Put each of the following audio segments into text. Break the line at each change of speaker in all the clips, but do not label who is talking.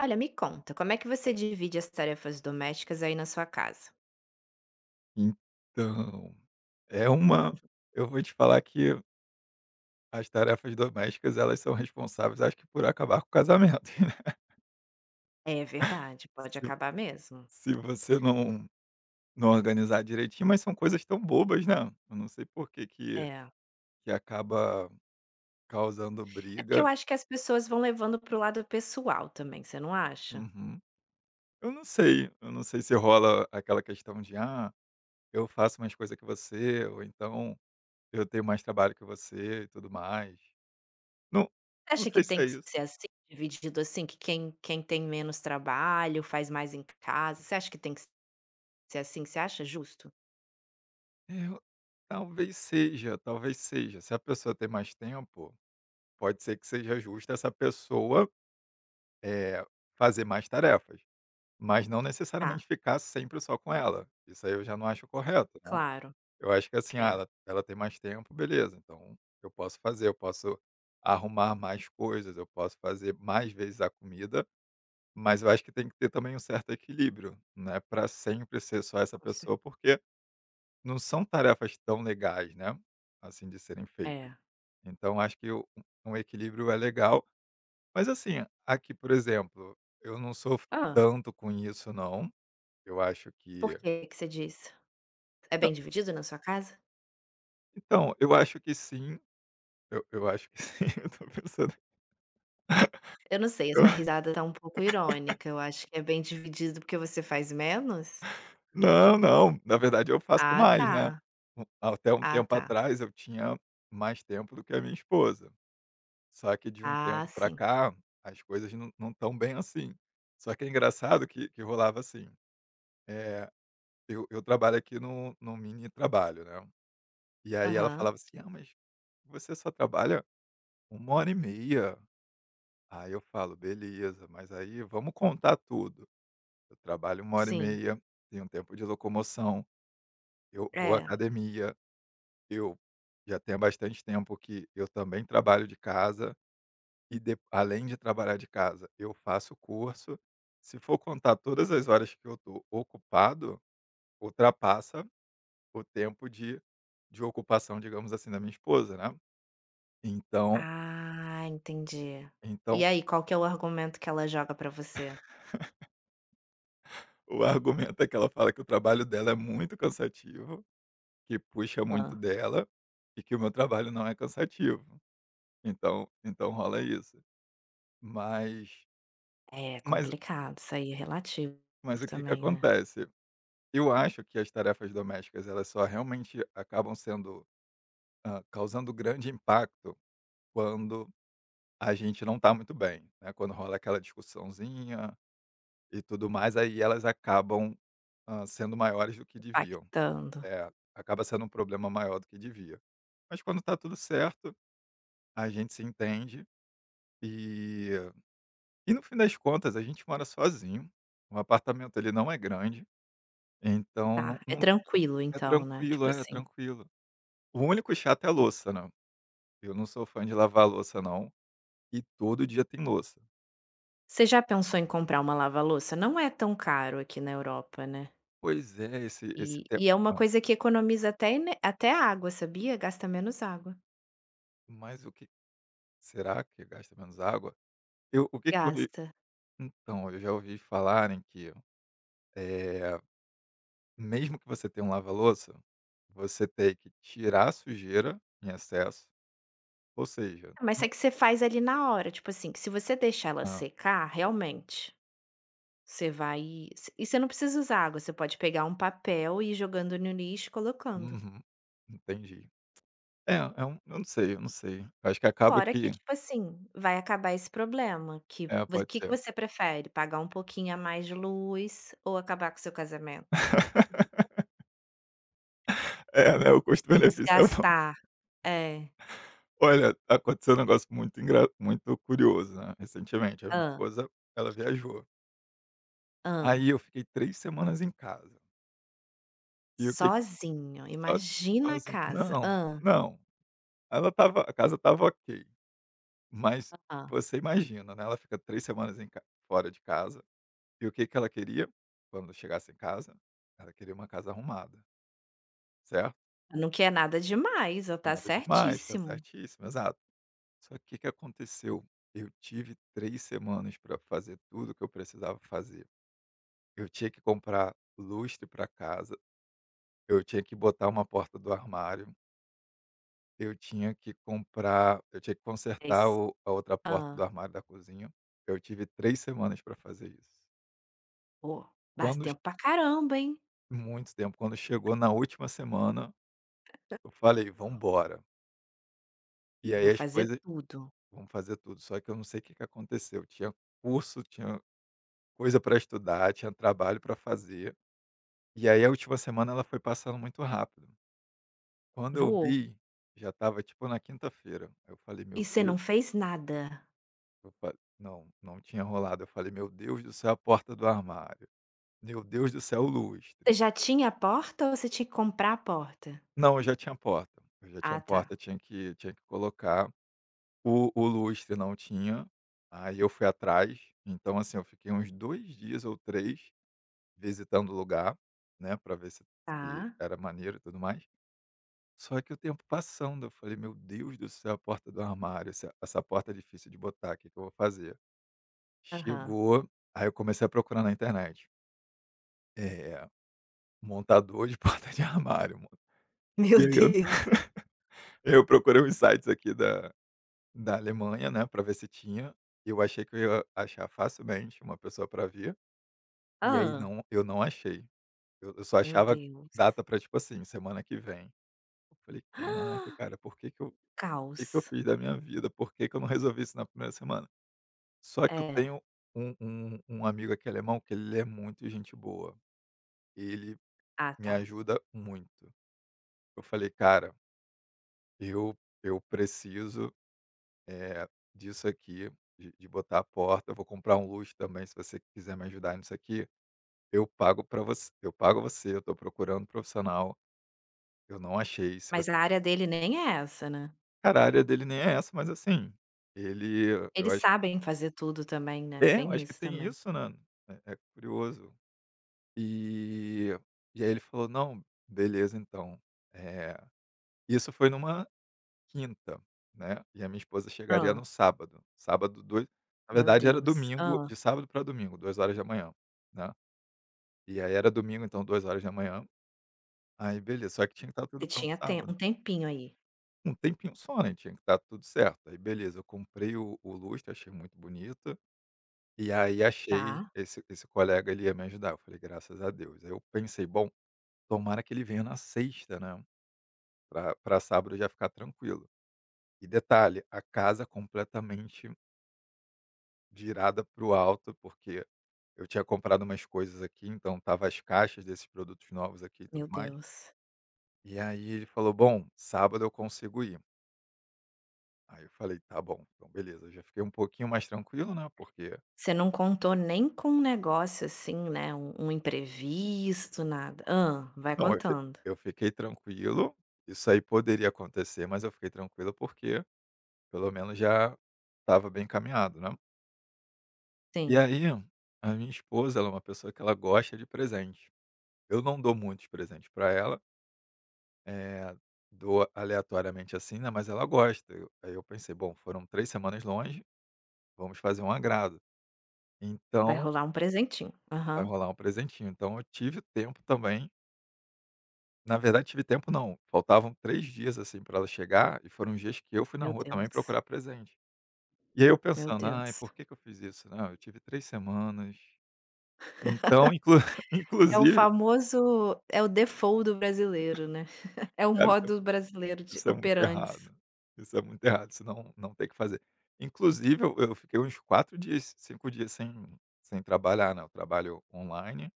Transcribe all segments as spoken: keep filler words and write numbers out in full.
Olha, me conta, como é que você divide as tarefas domésticas aí na sua casa?
Então, é uma eu vou te falar que as tarefas domésticas, elas são responsáveis, acho que por acabar com o casamento, né.
É verdade, pode
Se
acabar mesmo.
se você não não organizar direitinho, mas são coisas tão bobas, né. Eu não sei por que que
É.
que acaba causando
É porque
briga.
eu acho que as pessoas vão levando para o lado pessoal também, você não acha?
Uhum. Eu não sei, eu não sei se rola aquela questão de: "Ah, eu faço mais coisa que você", ou então: "Eu tenho mais trabalho que você", e tudo mais. Não
Você
não
acha que
sei se
tem
é
que
isso.
ser assim, dividido assim, que quem, quem tem menos trabalho faz mais em casa? Você acha que tem que ser assim? Você acha justo?
É, eu talvez seja, talvez seja. Se a pessoa tem mais tempo, pode ser que seja justo essa pessoa, eh, fazer mais tarefas, mas não
Tá,
necessariamente ficar sempre só com ela. Isso aí eu já não acho correto, né.
claro.
Eu acho que assim, ah,
É.
ela ela tem mais tempo, beleza, então eu posso fazer, eu posso arrumar mais coisas, eu posso fazer mais vezes a comida, mas eu acho que tem que ter também um certo equilíbrio, não é pra sempre ser só essa
Com cer-.
pessoa, porque não são tarefas tão legais, né, assim, de serem feitas.
É.
Então acho que o um equilíbrio é legal. Mas assim, aqui, por exemplo, eu não sofro
Ah,
tanto com isso não, eu acho
por
que
que que você diz? É bem dividido na sua casa?
então, eu acho que sim, eu eu acho que sim, eu tô pensando
Eu não sei, essa
eu
risada tá um pouco irônica, eu acho que é bem dividido porque você faz menos?
não, não, na verdade eu faço
Ah
mais,
tá,
né. Um até um
ah
tempo
tá.
atrás eu tinha mais tempo do que a minha esposa, só que de um
Ah
tempo para
sim,
cá, as coisas não não estão bem assim. Só que é engraçado que que rolava assim. É, eu eu trabalho aqui num num mini trabalho, né. E aí ela
aham,
falava assim: "Ah, mas você só trabalha uma hora e meia". Aí eu falo: "Beleza, mas aí vamos contar tudo. Eu trabalho uma hora e
sim,
meia, tenho um tempo de locomoção, eu vou à
é.
academia, eu já tenho bastante tempo que eu também trabalho de casa e de além de trabalhar de casa, eu faço curso. Se for contar todas as horas que eu tô ocupado, ultrapassa o tempo de de ocupação, digamos assim, da minha esposa, né. Então
Ah, entendi. E
então
aí, qual que é o argumento que ela joga pra você?
o argumento é que ela fala que o trabalho dela é muito cansativo, que puxa muito
Hã.
dela, e que o meu trabalho não é cansativo. Então então rola isso. Mas
É
mas
complicado, isso aí é relativo
mas o que que
também, né,
acontece? Eu acho que as tarefas domésticas elas só realmente acabam sendo, hã, causando grande impacto quando a gente não está muito bem, né, quando rola aquela discussãozinha. E tudo mais, aí elas acabam, hã, sendo maiores do que deviam.
impactando.
É, acaba sendo um problema maior do que devia. Mas quando tá tudo certo, a gente se entende e e no fim das contas a gente mora sozinho, o apartamento ele não é grande, então não
Tá, é
não
tranquilo
é
então, né,
tranquilo,
tipo
é
assim.
tranquilo. O único chato é a louça, né, eu não sou fã de lavar a louça não, e todo dia tem louça.
Você já pensou em comprar uma lava-louça? Não é tão caro aqui na Europa, né.
Pois é, esse esse
E
tempo
e é uma
hã,
coisa que economiza até ene até água, sabia? Gasta menos água.
mas o que será que gasta menos água? Eu o que que eu
Gasta.
Então, eu já ouvi falarem que, eh, mesmo que você tenha um lava-louça, você tem que tirar a sujeira em excesso, ou seja
Mas é
no
que você faz ali na hora, tipo assim, que se você deixar ela
hã,
secar, realmente, você vai e você não precisa usar água, você pode pegar um papel e ir jogando no lixo e colocando.
uhum, entendi. É, é um eu não sei, eu não sei. Eu Acho que acaba
Fora que,
que
tipo assim, vai acabar esse problema, que
é,
vo
pode
que que
ser.
você prefere, pagar um pouquinho a mais de luz ou acabar com o seu casamento?
É, né, o custo-benefício é bom.
Desgastar. É.
Olha, aconteceu um negócio muito engra muito curioso, né, recentemente. A minha
Hã,
esposa, ela viajou. Aí
hã.
eu fiquei três semanas em casa. E o que
Sozinho,
só
imagina a
Sozinho.
casa.
Não,
Hã,
não. Ela tava A casa tava ok, mas
hã.
você imagina, né, ela fica três semanas em ca fora de casa, e o que que ela queria? Quando chegasse em casa, ela queria uma casa arrumada, certo?
Não quer nada demais, eu tá
Nada demais, tá
certíssimo.
certíssimo, exato. Só que o que que aconteceu? Eu tive três semanas para fazer tudo que eu precisava fazer. Eu tinha que comprar lustre para casa, eu tinha que botar uma porta do armário. Eu tinha que comprar eu tinha que consertar
Mas
o a outra porta do
hã.
armário da cozinha. Eu tive três semanas para fazer isso.
Pô, mas
Quando che
tempo pra caramba, hein.
Muito tempo. Quando chegou na última semana, eu falei: "Vamos embora". E aí
Vou
as
fazer
coisas
tudo.
Vamos fazer tudo. Só que eu não sei o que que aconteceu. Tinha curso, tinha coisa para estudar, tinha trabalho para fazer. E aí a última semana ela foi passando muito rápido. Quando eu
Voou.
vi, já estava tipo na quinta-feira. Aí eu falei: "Meu
E você
Deus".
não fez nada?
Eu fa Não, não tinha rolado. Eu falei: "Meu Deus do céu, a porta do armário. Meu Deus do céu, o
Você
lustre".
já tinha a porta ou você tinha que comprar a porta?
Não, eu já tinha porta, eu já tinha
Ah, tá.
porta, tinha que tinha que colocar. O o lustre não tinha, aí eu fui atrás. Então, assim, eu fiquei uns dois dias ou três visitando o lugar, né, pra ver se se
Tá.
era maneiro e tudo mais. Só que o tempo passando, eu falei: "Meu Deus do céu, a porta do armário, essa essa porta é difícil de botar, o que que eu vou fazer?".
Aham.
Chegou aí Eu comecei a procurar na internet. É. Montador de porta de armário, mano.
Meu
E aí eu
Deus.
eu procurei uns sites aqui da da Alemanha, né, pra ver se tinha. Eu achei que eu ia achar facilmente uma pessoa pra vir, e aí
Hã.
não eu não achei. Eu eu só
Meu
achava
Deus.
data pra, tipo assim, semana que vem. Eu falei: "Caraca, cara, por que que eu por que que eu
Caos.
fiz da minha vida? Por que que eu não resolvi isso na primeira semana?". Só que eu
É.
tenho um um um amigo aqui alemão que ele é muito gente boa. Ele
Ah,
me
tá.
ajuda muito. Eu falei: "Cara, eu eu preciso", é, disso aqui, de de botar a porta, eu vou comprar um luxo também, se você quiser me ajudar nisso aqui, eu pago para você eu pago você, eu tô procurando um profissional, eu não achei, se
Mas
você
a área dele nem é essa, né?
cara, a área dele nem é essa, mas assim, ele eu
Eles
acho
sabem fazer tudo também, né,
é, eu
tem
acho que
isso
tem
também.
isso, né, é é curioso. E e aí ele falou: "Não, beleza então". Eh, isso foi numa quinta, né, e a minha esposa chegaria no
Hã,
sábado. Sábado, dois. Na
meu
verdade era
Deus.
domingo,
Hã,
de sábado para domingo, duas manhã, né. E aí era domingo, então duas manhã. Aí beleza, só que tinha que estar tudo
você
pronto
tinha tem
sábado.
um tempinho aí,
Um tempinho só, né, tinha que estar tudo certo. Aí beleza, eu comprei o o lustre, achei muito bonito, e aí achei
tá,
esse esse colega, ele ia me ajudar, eu falei: "Graças a Deus". Aí eu pensei: "Bom, tomara que ele venha na sexta, né, pra pra sábado já ficar tranquilo". E detalhe, a casa completamente virada para o alto, porque eu tinha comprado umas coisas aqui, então tava as caixas desses produtos novos aqui e tudo
meu
mais.
Deus.
E aí ele falou: "Bom, sábado eu consigo ir". Aí eu falei: "Tá bom, então beleza". Eu já fiquei um pouquinho mais tranquilo, né, porque
Você não contou nem com um negócio assim, né, um um imprevisto, nada. Hã, vai
não, eu fi
contando.
eu fiquei tranquilo, isso aí poderia acontecer, mas eu fiquei tranquilo porque pelo menos já estava bem encaminhado, né. E
Sim,
aí, a minha esposa, ela é uma pessoa que ela gosta de presente. Eu não dou muitos presentes para ela. Eh, Dou aleatoriamente, assim, né, mas ela gosta. Eu Aí eu pensei: "Bom, foram três semanas longe, vamos fazer um agrado,
vai
então
rolar um presentinho.
vai
Aham.
rolar um presentinho". Então eu tive tempo também, na verdade tive tempo não, faltavam três dias, assim, para ela chegar e foram dias que eu fui na
Meu
rua também
Deus,
procurar presente. E aí eu
meu
pensando: "Ai,
Deus.
por que que eu fiz isso? Não, eu tive três semanas". Então inclu
É o
inclusive,
famoso é o default do brasileiro, né. É o
cara,
modo brasileiro de
isso é muito
operantes.
errado. Isso é muito errado, isso não não tem que fazer. Inclusive eu eu fiquei uns quatro dias, cinco dias sem sem trabalhar, né, eu trabalho online,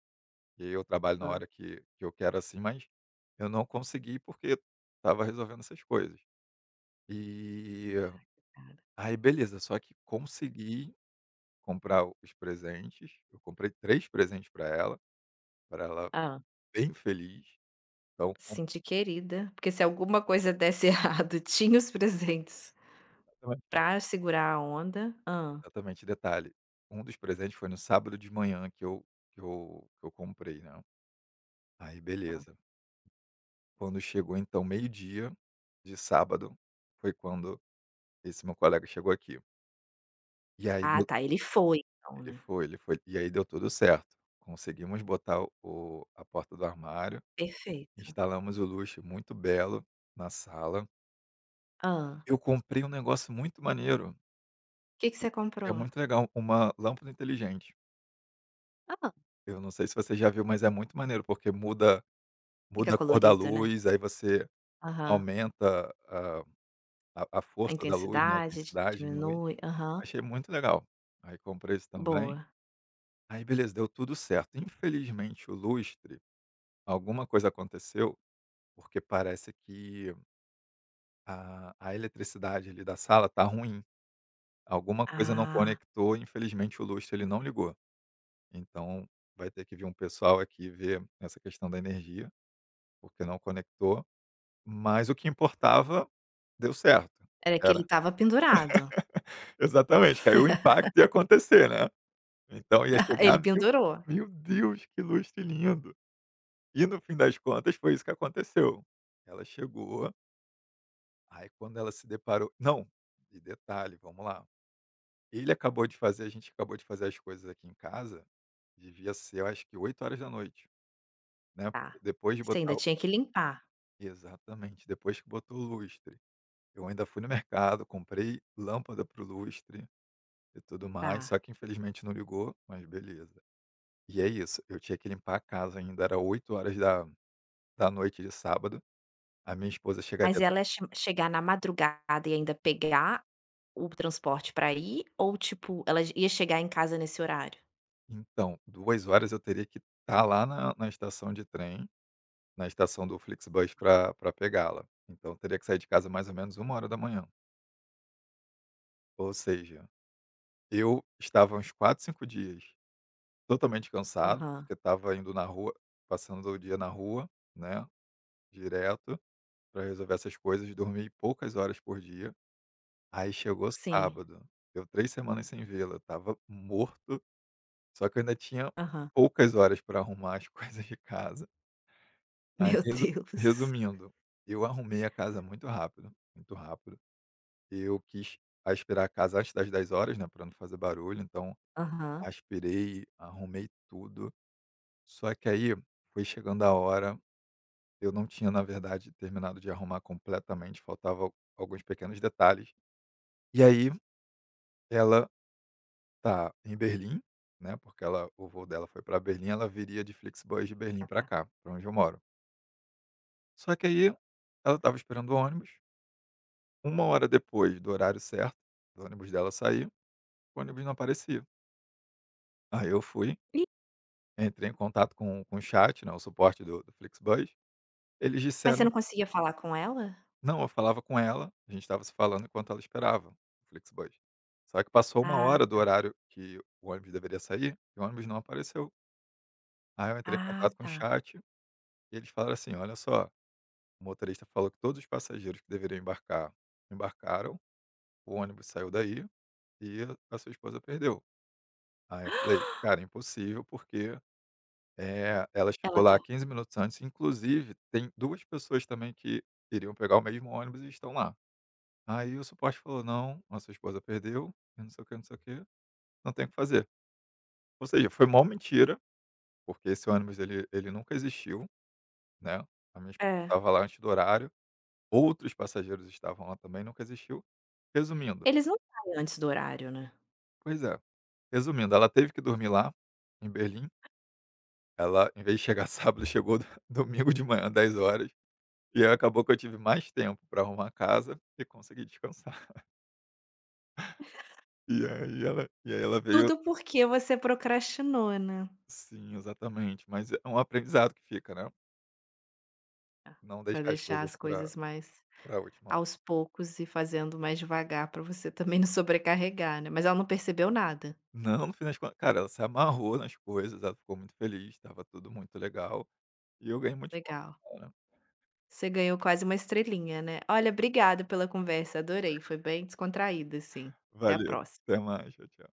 e aí eu trabalho na
Hã,
hora que que eu quero, assim, mas eu não consegui porque estava resolvendo essas coisas. E
cara.
aí beleza, só que consegui comprar os presentes, eu comprei três presentes para ela, para ela
Hã.
bem feliz, então
Se sentir querida, porque se alguma coisa desse errado, tinha os presentes pra segurar a onda. Ah,
exatamente, detalhe, um dos presentes foi no sábado de manhã que eu que eu que eu comprei, né, aí
hã.
beleza. Quando chegou então meio-dia de sábado, foi quando esse meu colega chegou aqui. E aí
Ah,
deu
tá, ele foi então,
Ele
né.
foi, ele foi. E aí deu tudo certo, conseguimos botar o o- a porta do armário,
Perfeito.
instalamos o luxo, muito belo na sala.
Ah,
Eu comprei um negócio muito maneiro,
o que que você
que é
comprou?
muito legal, uma lâmpada inteligente.
Ah,
Eu não sei se você já viu, mas é muito maneiro, porque muda
fica
muda a cor da
colorido, né.
luz, aí você
Aham.
aumenta a a a
A
força da luz, né, a
intensidade
intensidade diminui.
diminui. Aham.
Achei muito legal. Aí comprei isso também.
Boa.
Aí beleza, deu tudo certo. Infelizmente o lustre, alguma coisa aconteceu, porque parece que a a eletricidade ali da sala tá ruim. Alguma coisa não
Ah,
conectou, infelizmente o lustre ele não ligou. Então vai ter que vir um pessoal aqui ver essa questão da energia, porque não conectou, mas o que importava deu certo.
era que ele
Era.
estava pendurado.
Exatamente, que aí o impacto ia acontecer, né. Então ia
Ele
chegar: "Meu
pendurou.
meu Deus, que lustre lindo". E no fim das contas foi isso que aconteceu. Ela chegou, aí quando ela se deparou não, e detalhe, vamos lá, ele acabou de fazer a gente acabou de fazer as coisas aqui em casa, devia ser eu acho que oito horas da noite, né,
Tá.
porque depois de
Você
botar
ainda
o
tinha que limpar.
exatamente, depois que botou o lustre, eu ainda fui no mercado, comprei lâmpada pro lustre e tudo mais, só
Tá.
que infelizmente não ligou, mas beleza. E é isso, eu tinha que limpar a casa ainda, era oito horas da da noite de sábado, a minha esposa
Mas
chegaria
ela é che chegar na madrugada e ainda pegar o transporte pra ir ou, tipo, ela ia chegar em casa nesse horário?
então. Duas horas eu teria que estar lá na na estação de trem, na estação do Flixbus para pra pegá-la. Então eu teria que sair de casa mais ou menos uma hora da manhã. Ou seja, eu estava uns quatro cinco dias totalmente cansado,
Aham,
porque estava indo na rua, passando o dia na rua, né, direto, para resolver essas coisas, dormi poucas horas por dia. Aí chegou
sim,
sábado. Eu três semanas sem vê-la, eu estava morto, só que eu ainda tinha
aham.
poucas horas para arrumar as coisas de casa. Aí
Meu
resu
Deus.
resumindo, eu arrumei a casa muito rápido, muito rápido. Eu quis aspirar a casa antes das dez horas, né, para não fazer barulho, então
Aham.
aspirei, arrumei tudo. Só que aí foi chegando a hora, eu não tinha, na verdade, terminado de arrumar completamente, faltava al- alguns pequenos detalhes. E aí ela tá em Berlim, né, porque ela o voo dela foi para Berlim, ela viria de Flixbus de Berlim
Ah,
para
tá.
cá, para onde eu moro. Só que aí ela estava esperando o ônibus. Uma hora depois do horário certo, do ônibus dela sair, o ônibus não aparecia. Aí eu fui,
Ih,
entrei em contato com com o chat, né, o suporte do do Flixbus, eles
mas você
disseram
não conseguia falar com ela?
não, eu falava com ela, a gente estava se falando enquanto ela esperava o Flixbus. Só que passou uma
Ah,
hora do horário que o ônibus deveria sair, e o ônibus não apareceu. Aí eu entrei em
ah,
contato com o
tá.
chat e eles falaram assim: "Olha só, o motorista falou que todos os passageiros que deveriam embarcar, embarcaram, o ônibus saiu daí e a sua esposa perdeu". Aí eu falei: "Cara, impossível porque, eh, ela chegou
Ela tá
lá quinze minutos antes, inclusive tem duas pessoas também que iriam pegar o mesmo ônibus e estão lá". Aí o suporte falou: "Não, a sua esposa perdeu e não sei o que não sei o quê, não tem o que fazer". Ou seja, foi mó mentira, porque esse ônibus ele ele nunca existiu, né, a minha esposa
é.
estava lá antes do horário. Outros passageiros estavam lá também, nunca existiu. Resumindo,
Eles não saem antes do horário, né.
pois é, resumindo, ela teve que dormir lá, em Berlim, ela em vez de chegar sábado, chegou do- domingo de manhã, dez horas. E aí acabou que eu tive mais tempo para arrumar a casa e conseguir descansar. E aí ela e aí ela veio
Tudo porque você procrastinou, né.
sim, exatamente, mas é um aprendizado que fica, né, não
Pra
deixar as
deixar
coisas
as
para
coisas mais
pra última
aos
hora.
poucos e fazendo mais devagar pra você também não sobrecarregar, né. Mas ela não percebeu nada?
Não, no fim das contas cara, ela se amarrou nas coisas, ela ficou muito feliz, estava tudo muito legal, e eu ganhei muitos pontos,
Legal.
né.
Você ganhou quase uma estrelinha, né. Olha, obrigada pela conversa, adorei, foi bem descontraída, assim. Até a
Valeu,
próxima.
até mais. Tchau, tchau.